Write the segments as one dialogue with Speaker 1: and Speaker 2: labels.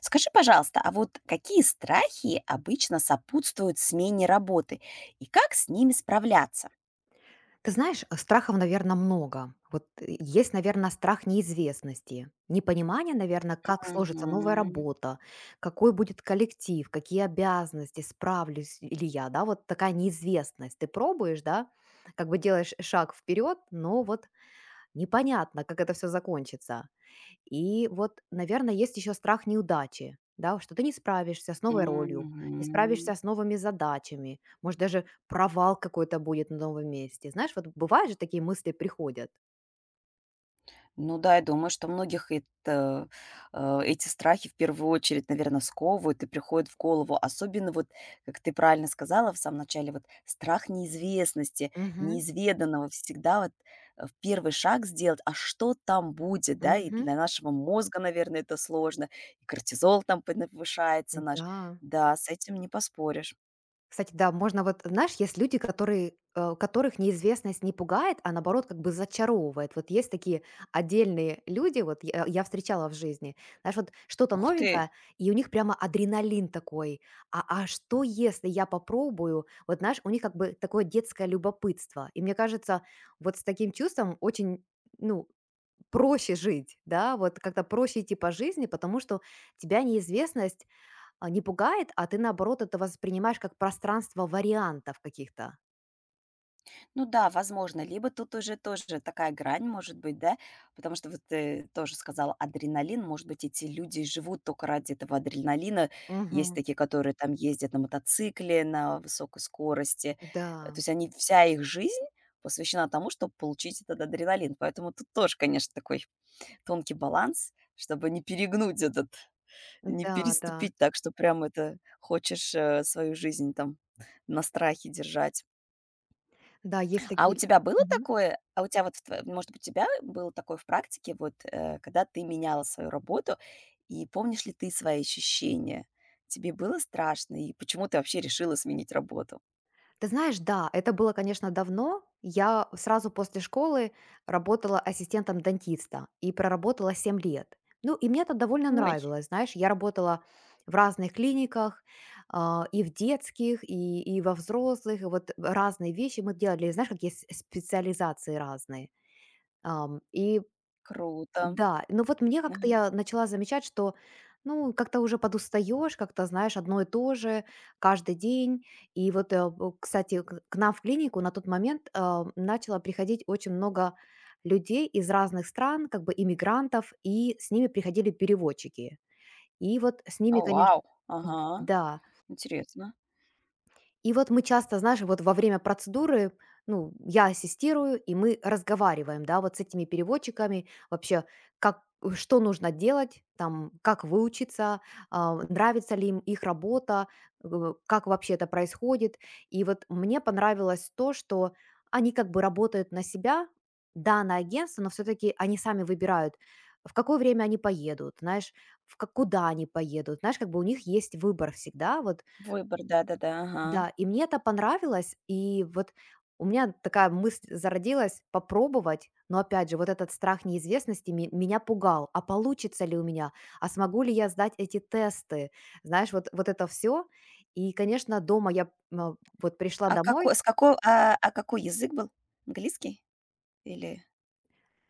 Speaker 1: Скажи, пожалуйста, а вот какие страхи обычно сопутствуют смене работы и как с ними справляться?
Speaker 2: Ты знаешь, страхов, наверное, много. Есть, наверное, страх неизвестности, непонимание, наверное, как сложится новая
Speaker 1: Мгм.
Speaker 2: работа, какой будет коллектив, какие обязанности, справлюсь ли я, да, вот такая неизвестность. Ты пробуешь, да, как бы делаешь шаг вперед, но вот непонятно, как это все закончится. И вот, наверное, есть еще страх неудачи, да, что ты не справишься с новой ролью, не
Speaker 1: Мгм.
Speaker 2: справишься с новыми задачами, может, даже провал какой-то будет на новом месте. Знаешь, вот бывают же такие мысли приходят.
Speaker 1: Ну да, я думаю, что многих эти страхи в первую очередь, наверное, сковывают и приходят в голову. Особенно вот, как ты правильно сказала в самом начале, вот страх неизвестности,
Speaker 2: Мгм,
Speaker 1: неизведанного всегда вот в первый шаг сделать, а что там будет, да, и
Speaker 2: мгм,
Speaker 1: для нашего мозга, наверное, это сложно, и кортизол там повышается наш.
Speaker 2: да.
Speaker 1: Да, с этим не поспоришь.
Speaker 2: Кстати, да, можно вот, знаешь, есть люди, которые, которых неизвестность не пугает, а наоборот как бы зачаровывает. Вот есть такие отдельные люди, вот я встречала в жизни, знаешь, вот что-то
Speaker 1: Ух ты.
Speaker 2: новенькое, и у них прямо адреналин такой. А что если я попробую? Вот, знаешь, у них как бы такое детское любопытство. И мне кажется, вот с таким чувством очень, ну, проще жить, да, вот как-то проще идти по жизни, потому что тебя неизвестность не пугает, а ты, наоборот, это воспринимаешь как пространство вариантов каких-то.
Speaker 1: Ну да, возможно, либо тут уже тоже такая грань может быть, да, потому что вот ты тоже сказала адреналин, может быть, эти люди живут только ради этого адреналина, есть
Speaker 2: Мгм.
Speaker 1: такие, которые там ездят на мотоцикле на высокой скорости,
Speaker 2: Да,
Speaker 1: то есть они, вся их жизнь посвящена тому, чтобы получить этот адреналин, поэтому тут тоже, конечно, такой тонкий баланс, чтобы не перегнуть этот, не
Speaker 2: да, да.
Speaker 1: переступить так, что прям это хочешь свою жизнь там на страхе держать.
Speaker 2: Да, есть
Speaker 1: А у
Speaker 2: такие.
Speaker 1: тебя было
Speaker 2: Мгм.
Speaker 1: такое? А у тебя вот, в тво может быть, у тебя было такое в практике, вот, когда ты меняла свою работу? И помнишь ли ты свои ощущения? Тебе было страшно? И почему ты вообще решила сменить работу?
Speaker 2: Ты знаешь, да, это было, конечно, давно. Я сразу после школы работала ассистентом дантиста и проработала 7 лет. Ну, и мне это довольно
Speaker 1: Ой,
Speaker 2: нравилось, знаешь. Я работала в разных клиниках, и в детских, и во взрослых. И вот разные вещи мы делали. Знаешь, как есть специализации разные. И
Speaker 1: круто.
Speaker 2: да, ну вот мне как-то
Speaker 1: Мгм.
Speaker 2: я начала замечать, что, ну, как-то уже подустаешь, как-то, знаешь, одно и то же каждый день. И вот, кстати, к нам в клинику на тот момент начало приходить очень много людей из разных стран, как бы иммигрантов, и с ними приходили переводчики. И вот с ними,
Speaker 1: О,
Speaker 2: конечно,
Speaker 1: вау. Ага,
Speaker 2: да,
Speaker 1: интересно.
Speaker 2: и вот мы часто, знаешь, вот во время процедуры, ну, я ассистирую, и мы разговариваем, да, вот с этими переводчиками вообще, как, что нужно делать, там, как выучиться, нравится ли им их работа, как вообще это происходит. И вот мне понравилось то, что они как бы работают на себя, да, на агентство, но все-таки они сами выбирают, в какое время они поедут, знаешь, в как, куда они поедут, знаешь, как бы у них есть выбор всегда, вот
Speaker 1: Выбор, да-да-да, ага.
Speaker 2: да, и мне это понравилось. И вот у меня такая мысль зародилась попробовать, но опять же, вот этот страх неизвестности меня пугал. А получится ли у меня? А смогу ли я сдать эти тесты? Знаешь, вот это все. И, конечно, дома я вот пришла
Speaker 1: А
Speaker 2: домой.
Speaker 1: какой, с какого, а какой язык был? Английский или.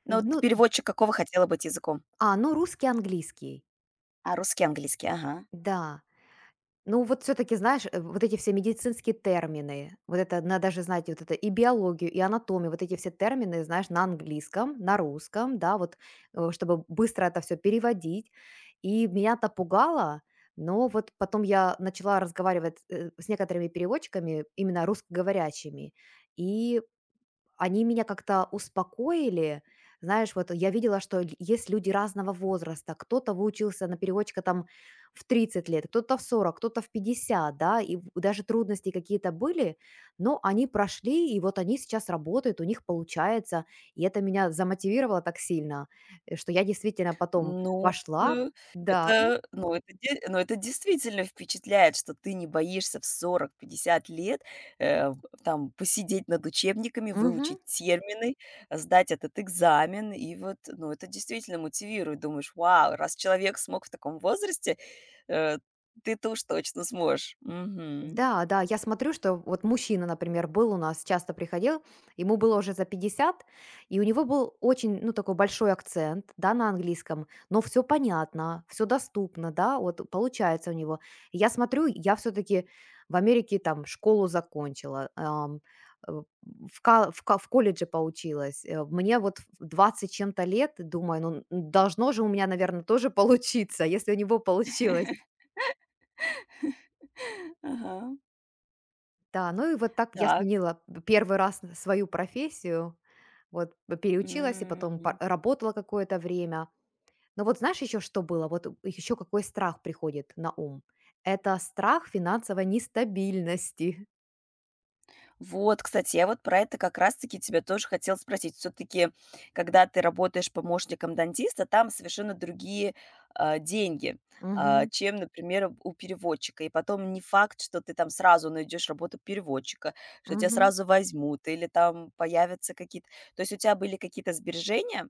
Speaker 1: Ну, вот
Speaker 2: Ну,
Speaker 1: переводчик какого хотела быть языком?
Speaker 2: ну, русский, английский.
Speaker 1: А, русский, английский, ага.
Speaker 2: Да. Ну, вот все таки знаешь, вот эти все медицинские термины, вот это надо даже знать вот это и биологию, и анатомию, вот эти все термины, знаешь, на английском, на русском, да, вот, чтобы быстро это все переводить. И меня это пугало, но вот потом я начала разговаривать, с некоторыми переводчиками, именно русскоговорящими, и они меня как-то успокоили. Знаешь, вот я видела, что есть люди разного возраста. Кто-то выучился на переводчика там в 30 лет, кто-то в 40, кто-то в 50, да, даже трудности какие-то были, но они прошли, и вот они сейчас работают, у них получается, и это меня замотивировало так сильно, что я действительно потом
Speaker 1: Ну,
Speaker 2: пошла,
Speaker 1: э,
Speaker 2: да.
Speaker 1: это действительно впечатляет, что ты не боишься в 40-50 лет, э, в там посидеть над учебниками,
Speaker 2: Мгм.
Speaker 1: выучить термины, сдать этот экзамен. И вот, ну, это действительно мотивирует. Думаешь: "Вау, раз человек смог в таком возрасте, э, ты-то уж точно сможешь". Мгм.
Speaker 2: Да, да, я смотрю, что вот мужчина, например, был у нас, часто приходил, ему было уже за 50, и у него был очень, ну, такой большой акцент, да, на английском, но все понятно, все доступно, да, вот получается у него. И я смотрю, я все-таки в Америке там школу закончила, ам, э, в, ка- в, ка- в колледже поучилась. Мне вот в 20 чем-то лет, думаю, ну, должно же у меня, наверное, тоже получиться, если у него получилось.
Speaker 1: Ага.
Speaker 2: Да, ну и вот так я
Speaker 1: Так.
Speaker 2: сменила п 1 раз н свою профессию. Вот п переучилась и потом па
Speaker 1: М.
Speaker 2: работала какое-то время. Но вот знаешь еще что было? Вот еще какой страх приходит на ум? Это страх финансовой нестабильности.
Speaker 1: Вот, кстати, я вот про это как раз-таки тебя тоже хотела спросить. Все-таки, когда ты работаешь помощником дантиста, там совершенно другие деньги,
Speaker 2: Мгм.
Speaker 1: чем, например, у переводчика. И потом не факт, что ты там сразу найдешь работу переводчика, что тебя
Speaker 2: Мгм.
Speaker 1: сразу возьмут, или там появятся какие-то. То есть у тебя были какие-то сбережения?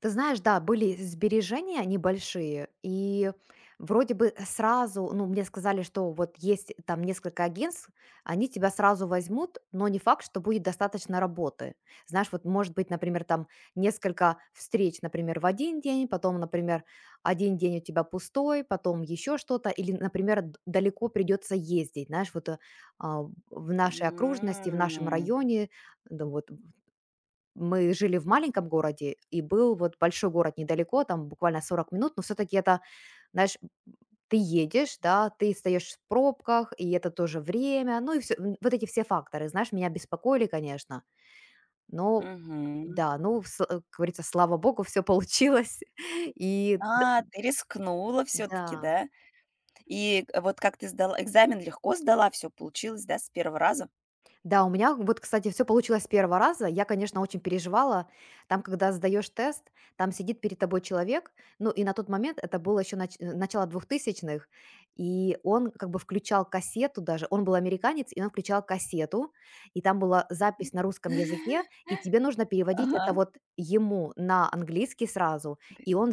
Speaker 2: Ты знаешь, да, были сбережения небольшие, и вроде бы сразу, ну, мне сказали, что вот есть там несколько агентств, они тебя сразу возьмут, но не факт, что будет достаточно работы. Знаешь, вот может быть, например, там несколько встреч, например, в один день, потом, например, один день у тебя пустой, потом еще что-то, или, например, далеко придется ездить, знаешь, вот а, в нашей окружности, в нашем
Speaker 1: М,
Speaker 2: районе, да, вот мы жили в маленьком городе, и был вот большой город недалеко, там буквально 40 минут, но все-таки это, знаешь, ты едешь, да, ты стоишь в пробках, и это тоже время, ну и все, вот эти все факторы, знаешь, меня беспокоили, конечно, но
Speaker 1: мгм.
Speaker 2: да, ну, как говорится, слава богу, все получилось, и
Speaker 1: А, ты рискнула все-таки,
Speaker 2: да.
Speaker 1: да? И вот Экзамен легко сдала, все получилось, да, с первого раза?
Speaker 2: Да, у меня вот, кстати, все получилось с 1 раза. Я, конечно, очень переживала. Там, когда сдаешь тест, там сидит перед тобой человек. Ну, и на тот момент это было еще начало 2000-х, и он как бы включал кассету даже. Он был американец, и он включал кассету, и там была запись на русском языке, и тебе нужно переводить
Speaker 1: Ага,
Speaker 2: это вот ему на английский сразу,
Speaker 1: г
Speaker 2: и он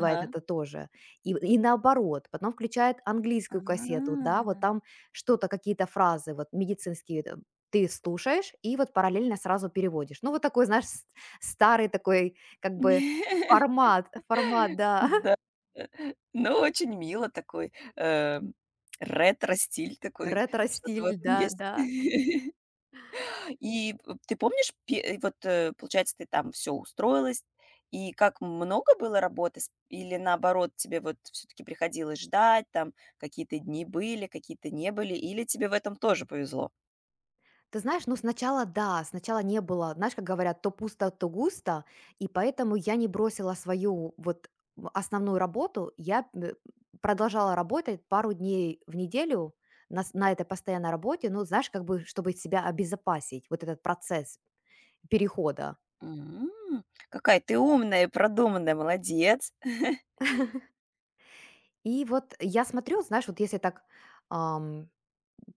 Speaker 1: ага.
Speaker 2: это тоже. И наоборот, потом включает английскую кассету,
Speaker 1: А.
Speaker 2: да, вот там что-то, какие-то фразы, вот медицинские, ты слушаешь и вот параллельно сразу переводишь. Ну, вот такой, знаешь, с старый такой как бы формат, да.
Speaker 1: Да. Э, ну, очень мило такой, ретро-стиль такой, что-то в
Speaker 2: Ретро-стиль,
Speaker 1: этом
Speaker 2: да,
Speaker 1: есть.
Speaker 2: да.
Speaker 1: И п ты помнишь, пе э, вот, получается, ты там все устроилась, и как много было работы с или наоборот, тебе вот все таки приходилось ждать, там какие-то дни были, какие-то не были, или тебе в этом тоже повезло?
Speaker 2: Ты знаешь, ну, сначала да, сначала не было, знаешь, как говорят: "То пусто, то густо". И поэтому я не бросила свою вот в основную работу. Я п Продолжала работать пару дней в неделю на этой постоянной работе. Ну, знаешь, как бы чтобы себя обезопасить, вот этот процесс перехода.
Speaker 1: М, какая ты умная и продуманная, молодец!
Speaker 2: И вот я смотрю, знаешь, вот если так, ам,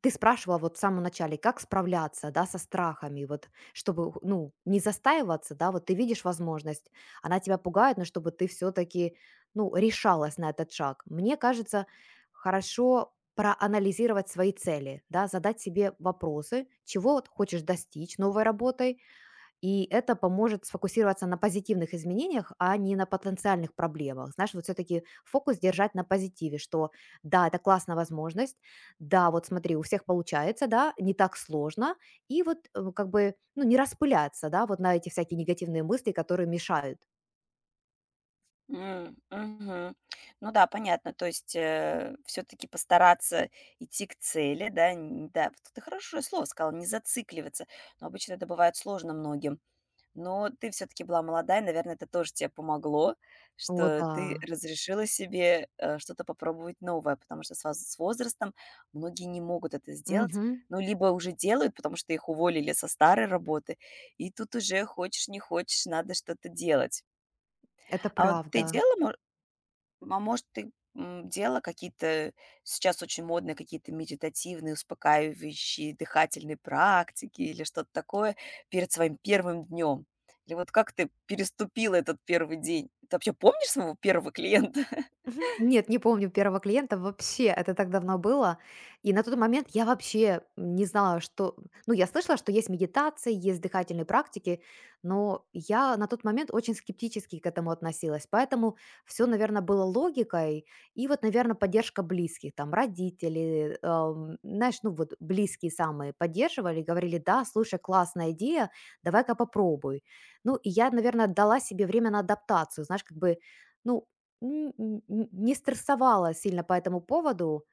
Speaker 2: ты спрашивала вот в самом начале, как справляться, да, со страхами, вот, чтобы, ну, не застаиваться, да, вот ты видишь возможность, она тебя пугает, но чтобы ты все-таки, ну, решалась на этот шаг. Мне кажется, хорошо проанализировать свои цели, да, задать себе вопросы, чего вот хочешь достичь новой работой, и это поможет сфокусироваться на позитивных изменениях, а не на потенциальных проблемах. Знаешь, вот все-таки фокус держать на позитиве, что да, это классная возможность, да, вот смотри, у всех получается, да, не так сложно, и вот как бы, ну, не распыляться, да, вот на эти всякие негативные мысли, которые мешают.
Speaker 1: М, мгм. Ну да, понятно. То есть, все таки постараться идти к цели, да, н да. Вот ты хорошее слово сказала, не зацикливаться. Но обычно это бывает сложно многим. Но ты все таки была молодая, наверное, это тоже тебе помогло,
Speaker 2: О,
Speaker 1: что
Speaker 2: да.
Speaker 1: ты разрешила себе, что-то попробовать новое, потому что с возрастом многие не могут это сделать.
Speaker 2: Мгм.
Speaker 1: Ну, либо уже делают, потому что их уволили со старой работы, и тут уже хочешь не хочешь, надо что-то делать.
Speaker 2: Это
Speaker 1: А вот ты
Speaker 2: правда.
Speaker 1: делала, ну, А может, ты, делала какие-то, сейчас очень модные какие-то медитативные, успокаивающие дыхательные практики или что-то такое перед своим первым днем? Или вот как ты переступила этот первый день? Ты вообще помнишь своего первого клиента?
Speaker 2: Мгм. Нет, не помню первого клиента вообще, это так давно было. И на тот момент я вообще не знала, что... Ну, я слышала, что есть медитации, есть дыхательные практики, но я на тот момент очень скептически к этому относилась. Поэтому все, наверное, было логикой и вот, наверное, поддержка близких, там, родители, знаешь, ну вот близкие самые поддерживали, говорили, да, слушай, классная идея, давай-ка попробуй. Ну, и я, наверное, дала себе время на адаптацию, знаешь, как бы ну, не стрессовала сильно по этому поводу.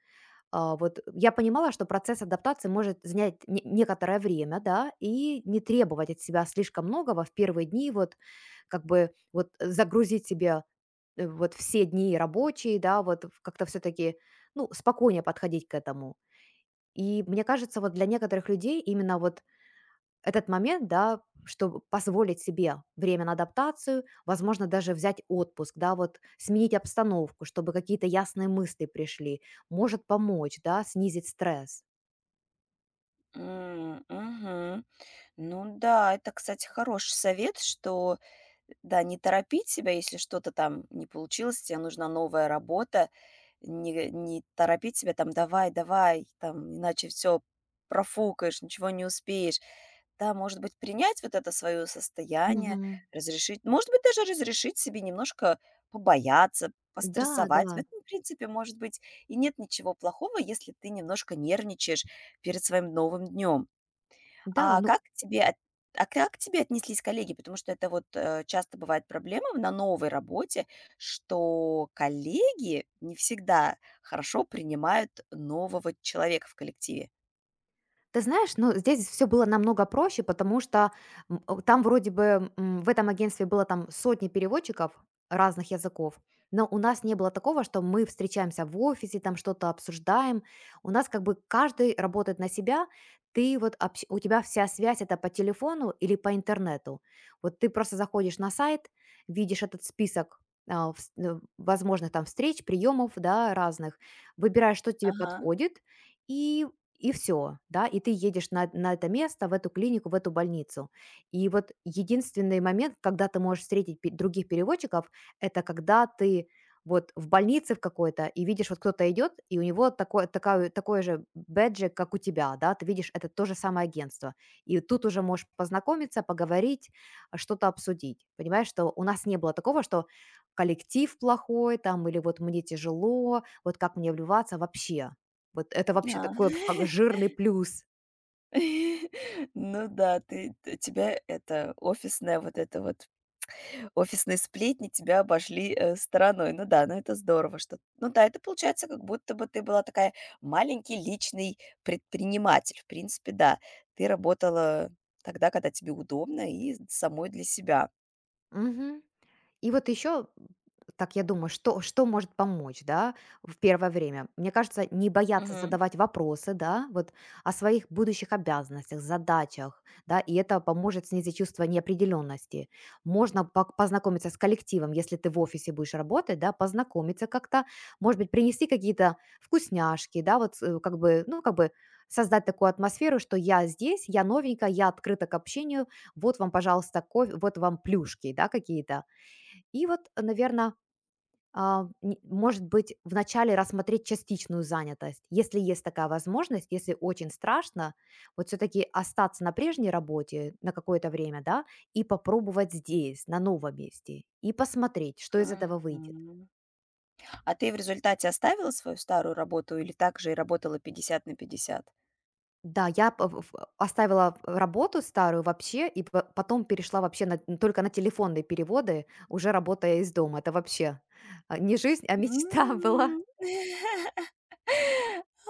Speaker 2: Вот я понимала, что процесс адаптации может занять некоторое время, да, и не требовать от себя слишком многого в первые дни, вот как бы вот загрузить себе вот все дни рабочие, да, как-то все-таки, ну, спокойнее подходить к этому. И мне кажется, вот для некоторых людей именно вот этот момент, да, чтобы позволить себе время на адаптацию, возможно, даже взять отпуск, да, вот сменить обстановку, чтобы какие-то ясные мысли пришли, может помочь, да, снизить стресс.
Speaker 1: М, мгм. Ну да, это, кстати, хороший совет, что да, не торопить себя, если что-то там не получилось, тебе нужна новая работа. Не торопить себя там, давай, давай, там, иначе все профукаешь, ничего не успеешь. Да, может быть, принять вот это свое состояние,
Speaker 2: Мгм.
Speaker 1: разрешить, может быть, даже разрешить себе немножко побояться,
Speaker 2: Да,
Speaker 1: пострессовать. В
Speaker 2: да.
Speaker 1: этом, в принципе, может быть, и нет ничего плохого, если ты немножко нервничаешь перед своим новым днем.
Speaker 2: Да,
Speaker 1: А
Speaker 2: ну.
Speaker 1: как к тебе от а как к тебе отнеслись коллеги? Потому что это вот, часто бывает проблема на новой работе, что коллеги не всегда хорошо принимают нового человека в коллективе.
Speaker 2: Ты знаешь, ну, здесь все было намного проще, потому что, там вроде бы, в этом агентстве было там сотни переводчиков разных языков, но у нас не было такого, что мы встречаемся в офисе, там что-то обсуждаем. У нас как бы каждый работает на себя. Ты вот общ у тебя вся связь — это по телефону или по интернету. Вот ты просто заходишь на сайт, видишь этот список, возможных там встреч, приемов, да, разных, выбираешь, что тебе
Speaker 1: Ага,
Speaker 2: подходит, и все, да, и ты едешь на это место, в эту клинику, в эту больницу. И вот единственный момент, когда ты можешь встретить пе других переводчиков, это когда ты вот в больнице в какой-то и видишь, вот кто-то идет, и у него такой же бэджик, как у тебя, да, ты видишь, это то же самое агентство. И тут уже можешь познакомиться, поговорить, что-то обсудить. Понимаешь, что у нас не было такого, что коллектив плохой там или вот мне тяжело, вот как мне вливаться вообще. Вот это вообще
Speaker 1: да.
Speaker 2: такой, как жирный плюс.
Speaker 1: Ну да, ты т тебя это офисная вот эта вот офисные сплетни тебя обошли, стороной. Ну да, ну это здорово, что, ну да, это получается, как будто бы ты была такая маленький личный предприниматель. В принципе, да, ты работала тогда, когда тебе удобно и самой для себя.
Speaker 2: Мгм. И вот еще, так я думаю, что, что может помочь, да, в первое время? Мне кажется, не бояться
Speaker 1: Мгм.
Speaker 2: задавать вопросы, да, вот о своих будущих обязанностях, задачах, да, и это поможет снизить чувство неопределенности. Можно познакомиться с коллективом, если ты в офисе будешь работать, да, познакомиться как-то, может быть, принести какие-то вкусняшки, да, вот как бы, ну, как бы создать такую атмосферу, что я здесь, я новенькая, я открыта к общению, вот вам, пожалуйста, кофе, вот вам плюшки, да, какие-то и вот, наверное, может быть, вначале рассмотреть частичную занятость, если есть такая возможность. Если очень страшно, вот все таки остаться на прежней работе на какое-то время, да, и попробовать здесь, на новом месте, и посмотреть, что из этого выйдет.
Speaker 1: Мгм. А ты в результате оставила свою старую работу или так же и работала 50 на 50?
Speaker 2: Да, я п в оставила работу старую вообще и п потом перешла вообще на только на телефонные переводы, уже работая из дома. Это вообще, не жизнь, а мечта была.
Speaker 1: М.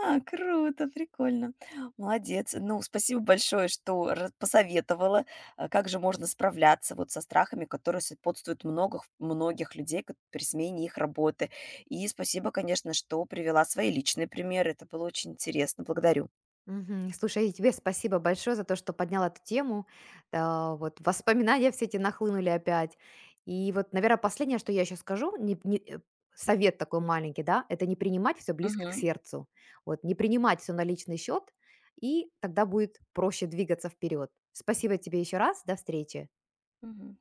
Speaker 1: А, круто, прикольно. Молодец. Ну, спасибо большое, что посоветовала, как же можно справляться вот со страхами, которые сопутствуют многих, многих людей при смене их работы. И спасибо, конечно, что привела свои личные примеры. Это было очень интересно. Благодарю.
Speaker 2: Мгм. Слушай, и тебе спасибо большое за то, что поднял эту тему. Да, вот воспоминания все эти нахлынули опять. И вот, наверное, последнее, что я еще скажу, не- не, э, совет такой маленький, да, это не принимать все близко к
Speaker 1: Мгм.
Speaker 2: сердцу. Вот, не принимать все на личный счет, и тогда будет проще двигаться вперед. Спасибо тебе еще раз, до встречи.
Speaker 1: Мгм.